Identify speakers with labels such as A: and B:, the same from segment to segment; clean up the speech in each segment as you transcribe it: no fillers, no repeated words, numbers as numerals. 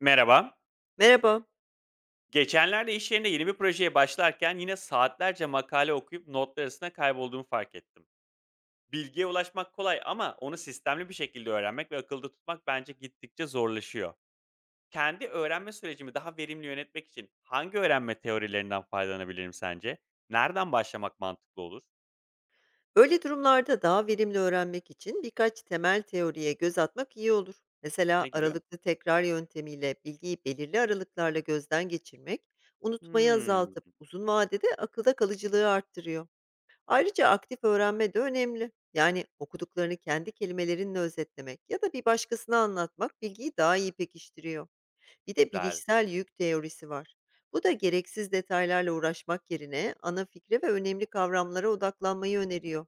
A: Merhaba.
B: Merhaba.
A: Geçenlerde iş yerinde yeni bir projeye başlarken yine saatlerce makale okuyup notlar arasında kaybolduğumu fark ettim. Bilgiye ulaşmak kolay ama onu sistemli bir şekilde öğrenmek ve akılda tutmak bence gittikçe zorlaşıyor. Kendi öğrenme sürecimi daha verimli yönetmek için hangi öğrenme teorilerinden faydalanabilirim sence? Nereden başlamak mantıklı olur?
B: Böyle durumlarda daha verimli öğrenmek için birkaç temel teoriye göz atmak iyi olur. Mesela
A: Ne gibi?
B: aralıklı tekrar yöntemiyle bilgiyi belirli aralıklarla gözden geçirmek, unutmayı
A: Hmm,
B: azaltıp uzun vadede akılda kalıcılığı arttırıyor. Ayrıca aktif öğrenme de önemli. Yani okuduklarını kendi kelimelerinle özetlemek ya da bir başkasına anlatmak bilgiyi daha iyi pekiştiriyor. Bir de
A: güzel.
B: bilişsel yük teorisi var. Bu da gereksiz detaylarla uğraşmak yerine ana fikre ve önemli kavramlara odaklanmayı öneriyor.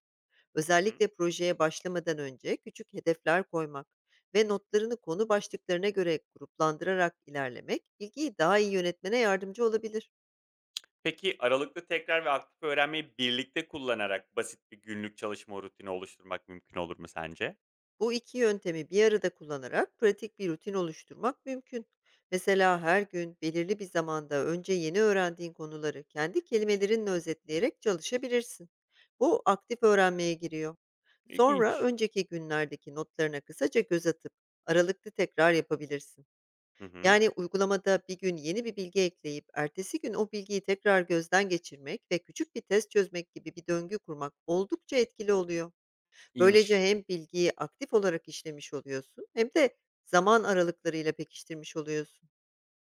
A: Hı hı.
B: Özellikle projeye başlamadan önce küçük hedefler koymak ve notlarını konu başlıklarına göre gruplandırarak ilerlemek ilgiyi daha iyi yönetmene yardımcı olabilir.
A: Peki aralıklı tekrar ve aktif öğrenmeyi birlikte kullanarak basit bir günlük çalışma rutini oluşturmak mümkün olur mu sence?
B: Bu iki yöntemi bir arada kullanarak pratik bir rutin oluşturmak mümkün. Mesela her gün belirli bir zamanda önce yeni öğrendiğin konuları kendi kelimelerinle özetleyerek çalışabilirsin. Bu aktif öğrenmeye giriyor. Sonra
A: İlginç.
B: önceki günlerdeki notlarına kısaca göz atıp aralıklı tekrar yapabilirsin.
A: Hı hı.
B: Yani uygulamada bir gün yeni bir bilgi ekleyip ertesi gün o bilgiyi tekrar gözden geçirmek ve küçük bir test çözmek gibi bir döngü kurmak oldukça etkili oluyor. Böylece
A: İyiymiş.
B: hem bilgiyi aktif olarak işlemiş oluyorsun, hem de zaman aralıklarıyla pekiştirmiş oluyorsun.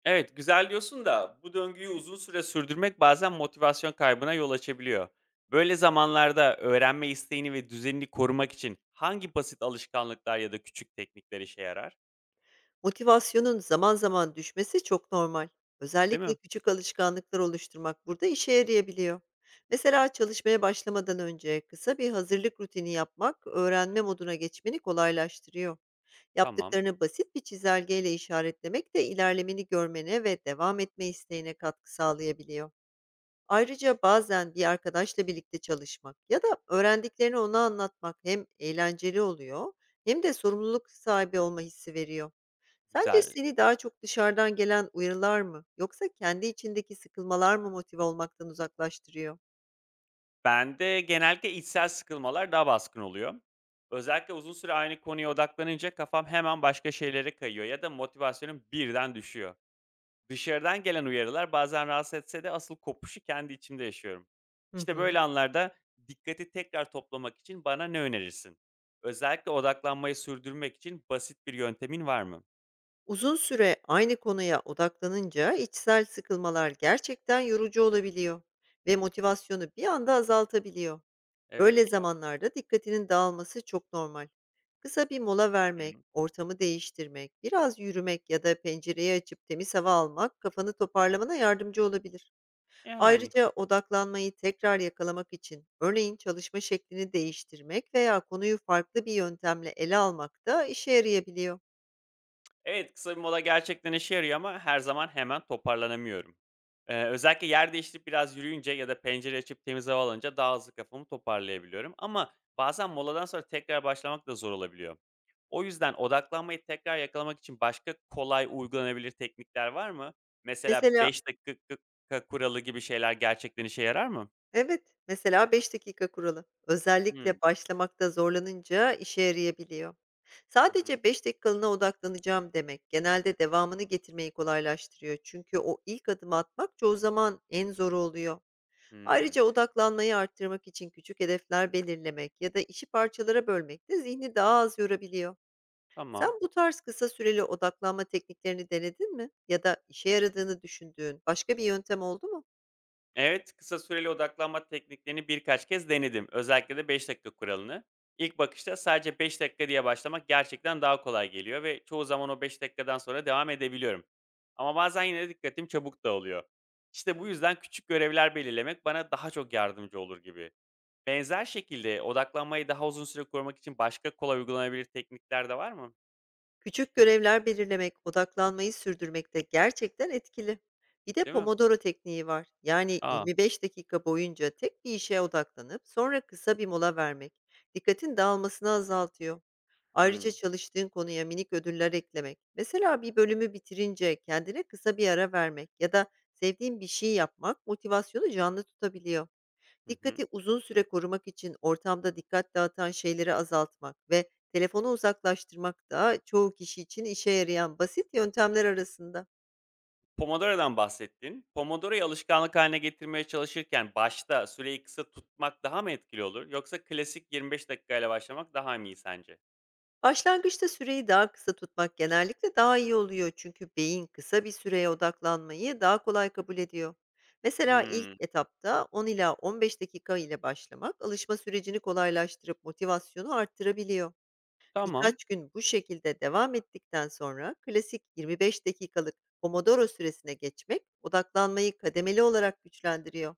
A: Evet, güzel diyorsun da bu döngüyü uzun süre sürdürmek bazen motivasyon kaybına yol açabiliyor. Böyle zamanlarda öğrenme isteğini ve düzenini korumak için hangi basit alışkanlıklar ya da küçük teknikler işe yarar?
B: Motivasyonun zaman zaman düşmesi çok normal.
A: Değil
B: Özellikle
A: mi?
B: küçük alışkanlıklar oluşturmak burada işe yarayabiliyor. Mesela çalışmaya başlamadan önce kısa bir hazırlık rutini yapmak öğrenme moduna geçmeni kolaylaştırıyor.
A: Tamam.
B: Yaptıklarını basit bir çizelgeyle işaretlemek de ilerlemeni görmene ve devam etme isteğine katkı sağlayabiliyor. Ayrıca bazen bir arkadaşla birlikte çalışmak ya da öğrendiklerini ona anlatmak hem eğlenceli oluyor, hem de sorumluluk sahibi olma hissi veriyor. Sence
A: Güzel.
B: seni daha çok dışarıdan gelen uyarılar mı yoksa kendi içindeki sıkılmalar mı motive olmaktan uzaklaştırıyor?
A: Bende genellikle içsel sıkılmalar daha baskın oluyor. Özellikle uzun süre aynı konuya odaklanınca kafam hemen başka şeylere kayıyor ya da motivasyonum birden düşüyor. Dışarıdan gelen uyarılar bazen rahatsız etse de asıl kopuşu kendi içimde yaşıyorum.
B: Hı
A: İşte
B: hı.
A: böyle anlarda dikkati tekrar toplamak için bana ne önerirsin? Özellikle odaklanmayı sürdürmek için basit bir yöntemin var mı?
B: Uzun süre aynı konuya odaklanınca içsel sıkılmalar gerçekten yorucu olabiliyor ve motivasyonu bir anda azaltabiliyor.
A: Evet
B: Böyle
A: ya.
B: zamanlarda dikkatinin dağılması çok normal. Kısa bir mola vermek,
A: Hı
B: ortamı değiştirmek, biraz yürümek ya da pencereyi açıp temiz hava almak kafanı toparlamana yardımcı olabilir.
A: yani.
B: Ayrıca odaklanmayı tekrar yakalamak için örneğin çalışma şeklini değiştirmek veya konuyu farklı bir yöntemle ele almak da işe yarayabiliyor.
A: Evet, kısa bir mola gerçekten işe yarıyor ama her zaman hemen toparlanamıyorum. Özellikle yer değiştirip biraz yürüyünce ya da pencere açıp temiz hava alınca daha hızlı kafamı toparlayabiliyorum. Ama bazen moladan sonra tekrar başlamak da zor olabiliyor. O yüzden odaklanmayı tekrar yakalamak için başka kolay uygulanabilir teknikler var mı? Mesela
B: Mesela
A: 5 dakika kuralı gibi şeyler gerçekten işe yarar mı?
B: Evet, mesela 5 dakika kuralı.
A: Hımm.
B: Özellikle başlamakta zorlanınca işe yarayabiliyor.
A: Hı hı.
B: Sadece 5 dakikalığına odaklanacağım demek genelde devamını getirmeyi kolaylaştırıyor. Çünkü o ilk adımı atmak çoğu zaman en zoru oluyor. Ayrıca
A: Hımm.
B: odaklanmayı arttırmak için küçük hedefler belirlemek ya da işi parçalara bölmek de zihni daha az yorabiliyor. Sen
A: Tamam.
B: bu tarz kısa süreli odaklanma tekniklerini denedin mi? Ya da işe yaradığını düşündüğün başka bir yöntem oldu mu?
A: Evet, kısa süreli odaklanma tekniklerini birkaç kez denedim. Özellikle de 5 dakika kuralını. İlk bakışta sadece 5 dakika diye başlamak gerçekten daha kolay geliyor ve çoğu zaman o 5 dakikadan sonra devam edebiliyorum. Ama bazen yine de dikkatim çabuk dağılıyor. İşte bu yüzden küçük görevler belirlemek bana daha çok yardımcı olur gibi. Benzer şekilde odaklanmayı daha uzun süre korumak için başka kolay uygulanabilir teknikler de var mı?
B: Küçük görevler belirlemek, odaklanmayı sürdürmekte gerçekten etkili. Bir de
A: Değil mi?
B: Pomodoro tekniği var. Yani
A: Aa.
B: 25 dakika boyunca tek bir işe odaklanıp sonra kısa bir mola vermek dikkatin dağılmasını azaltıyor. Ayrıca
A: Hmm.
B: çalıştığın konuya minik ödüller eklemek. Mesela bir bölümü bitirince kendine kısa bir ara vermek ya da sevdiğin bir şey yapmak motivasyonu canlı tutabiliyor.
A: Hı hı.
B: Dikkati uzun süre korumak için ortamda dikkat dağıtan şeyleri azaltmak ve telefonu uzaklaştırmak da çoğu kişi için işe yarayan basit yöntemler arasında.
A: Pomodoro'dan bahsettin. Pomodoro'yu alışkanlık haline getirmeye çalışırken başta süreyi kısa tutmak daha mı etkili olur yoksa klasik 25 dakikayla başlamak daha mı iyi sence?
B: Başlangıçta süreyi daha kısa tutmak genellikle daha iyi oluyor, çünkü beyin kısa bir süreye odaklanmayı daha kolay kabul ediyor. Mesela ilk
A: Hımm,
B: etapta 10 ila 15 dakika ile başlamak alışma sürecini kolaylaştırıp motivasyonu arttırabiliyor.
A: tamam,
B: Birkaç gün bu şekilde devam ettikten sonra klasik 25 dakikalık Pomodoro süresine geçmek odaklanmayı kademeli olarak güçlendiriyor.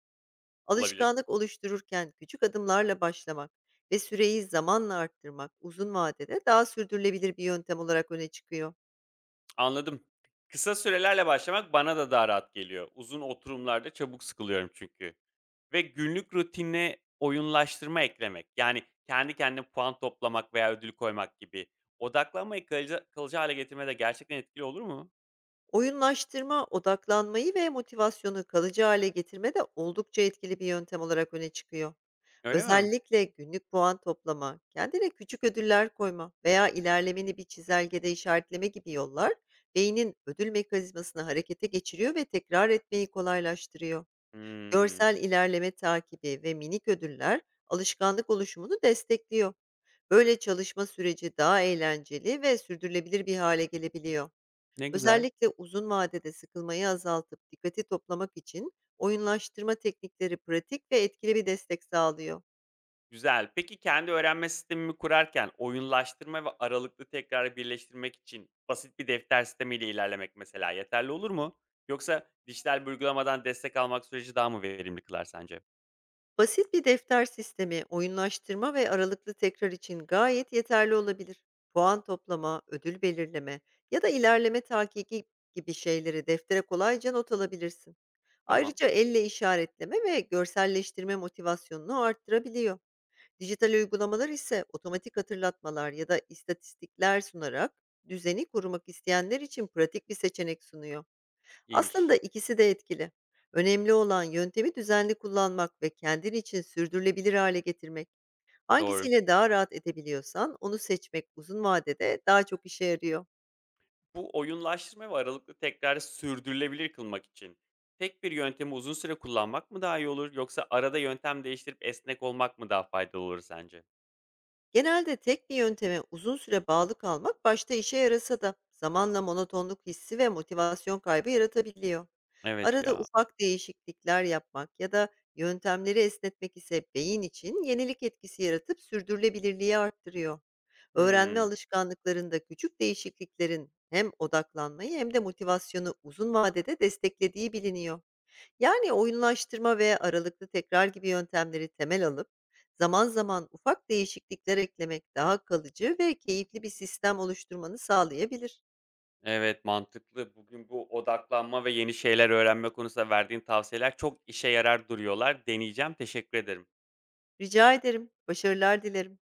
A: olabilir.
B: Alışkanlık oluştururken küçük adımlarla başlamak ve süreyi zamanla arttırmak uzun vadede daha sürdürülebilir bir yöntem olarak öne çıkıyor.
A: Anladım. Kısa sürelerle başlamak bana da daha rahat geliyor. Uzun oturumlarda çabuk sıkılıyorum çünkü ve günlük rutine oyunlaştırma eklemek, yani, kendi kendine puan toplamak veya ödül koymak gibi odaklanmayı kalıcı hâle getirmede gerçekten etkili olur mu?
B: Oyunlaştırma, odaklanmayı ve motivasyonu kalıcı hale getirmede oldukça etkili bir yöntem olarak öne çıkıyor.
A: Öyle mi?
B: Özellikle günlük puan toplama, kendine küçük ödüller koyma veya ilerlemeni bir çizelgede işaretleme gibi yollar beynin ödül mekanizmasını harekete geçiriyor ve tekrar etmeyi kolaylaştırıyor.
A: Hımm,
B: Görsel ilerleme takibi ve minik ödüller alışkanlık oluşumunu destekliyor. Böyle çalışma süreci daha eğlenceli ve sürdürülebilir bir hale gelebiliyor.
A: ne güzel.
B: Özellikle uzun vadede sıkılmayı azaltıp dikkati toplamak için oyunlaştırma teknikleri pratik ve etkili bir destek sağlıyor.
A: Güzel. Peki kendi öğrenme sistemimi kurarken oyunlaştırma ve aralıklı tekrar birleştirmek için basit bir defter sistemiyle ilerlemek mesela yeterli olur mu? Yoksa dijital bir uygulamadan destek almak süreci daha mı verimli kılar sence?
B: Basit bir defter sistemi, oyunlaştırma ve aralıklı tekrar için gayet yeterli olabilir. Puan toplama, ödül belirleme ya da ilerleme takibi gibi şeyleri deftere kolayca not alabilirsin.
A: Tamam,
B: Ayrıca elle işaretleme ve görselleştirme motivasyonunu arttırabiliyor. Dijital uygulamalar ise otomatik hatırlatmalar ya da istatistikler sunarak düzeni korumak isteyenler için pratik bir seçenek sunuyor. Aslında
A: iyiymiş.
B: ikisi de etkili. Önemli olan yöntemi düzenli kullanmak ve kendin için sürdürülebilir hale getirmek.
A: Doğru.
B: Hangisiyle daha rahat edebiliyorsan onu seçmek uzun vadede daha çok işe yarıyor.
A: Bu oyunlaştırma ve aralıklı tekrarı sürdürülebilir kılmak için tek bir yöntemi uzun süre kullanmak mı daha iyi olur yoksa arada yöntem değiştirip esnek olmak mı daha faydalı olur sence?
B: Genelde tek bir yönteme uzun süre bağlı kalmak başta işe yarasa da zamanla monotonluk hissi ve motivasyon kaybı yaratabiliyor.
A: Evet
B: Arada
A: ya.
B: ufak değişiklikler yapmak ya da yöntemleri esnetmek ise beyin için yenilik etkisi yaratıp sürdürülebilirliği arttırıyor. Öğrenme
A: Hmm.
B: alışkanlıklarında küçük değişikliklerin hem odaklanmayı hem de motivasyonu uzun vadede desteklediği biliniyor. Yani oyunlaştırma ve aralıklı tekrar gibi yöntemleri temel alıp zaman zaman ufak değişiklikler eklemek daha kalıcı ve keyifli bir sistem oluşturmanı sağlayabilir.
A: Evet, mantıklı. Bugün bu odaklanma ve yeni şeyler öğrenme konusunda verdiğin tavsiyeler çok işe yarar duruyorlar. Deneyeceğim. Teşekkür ederim.
B: Rica ederim. Başarılar dilerim.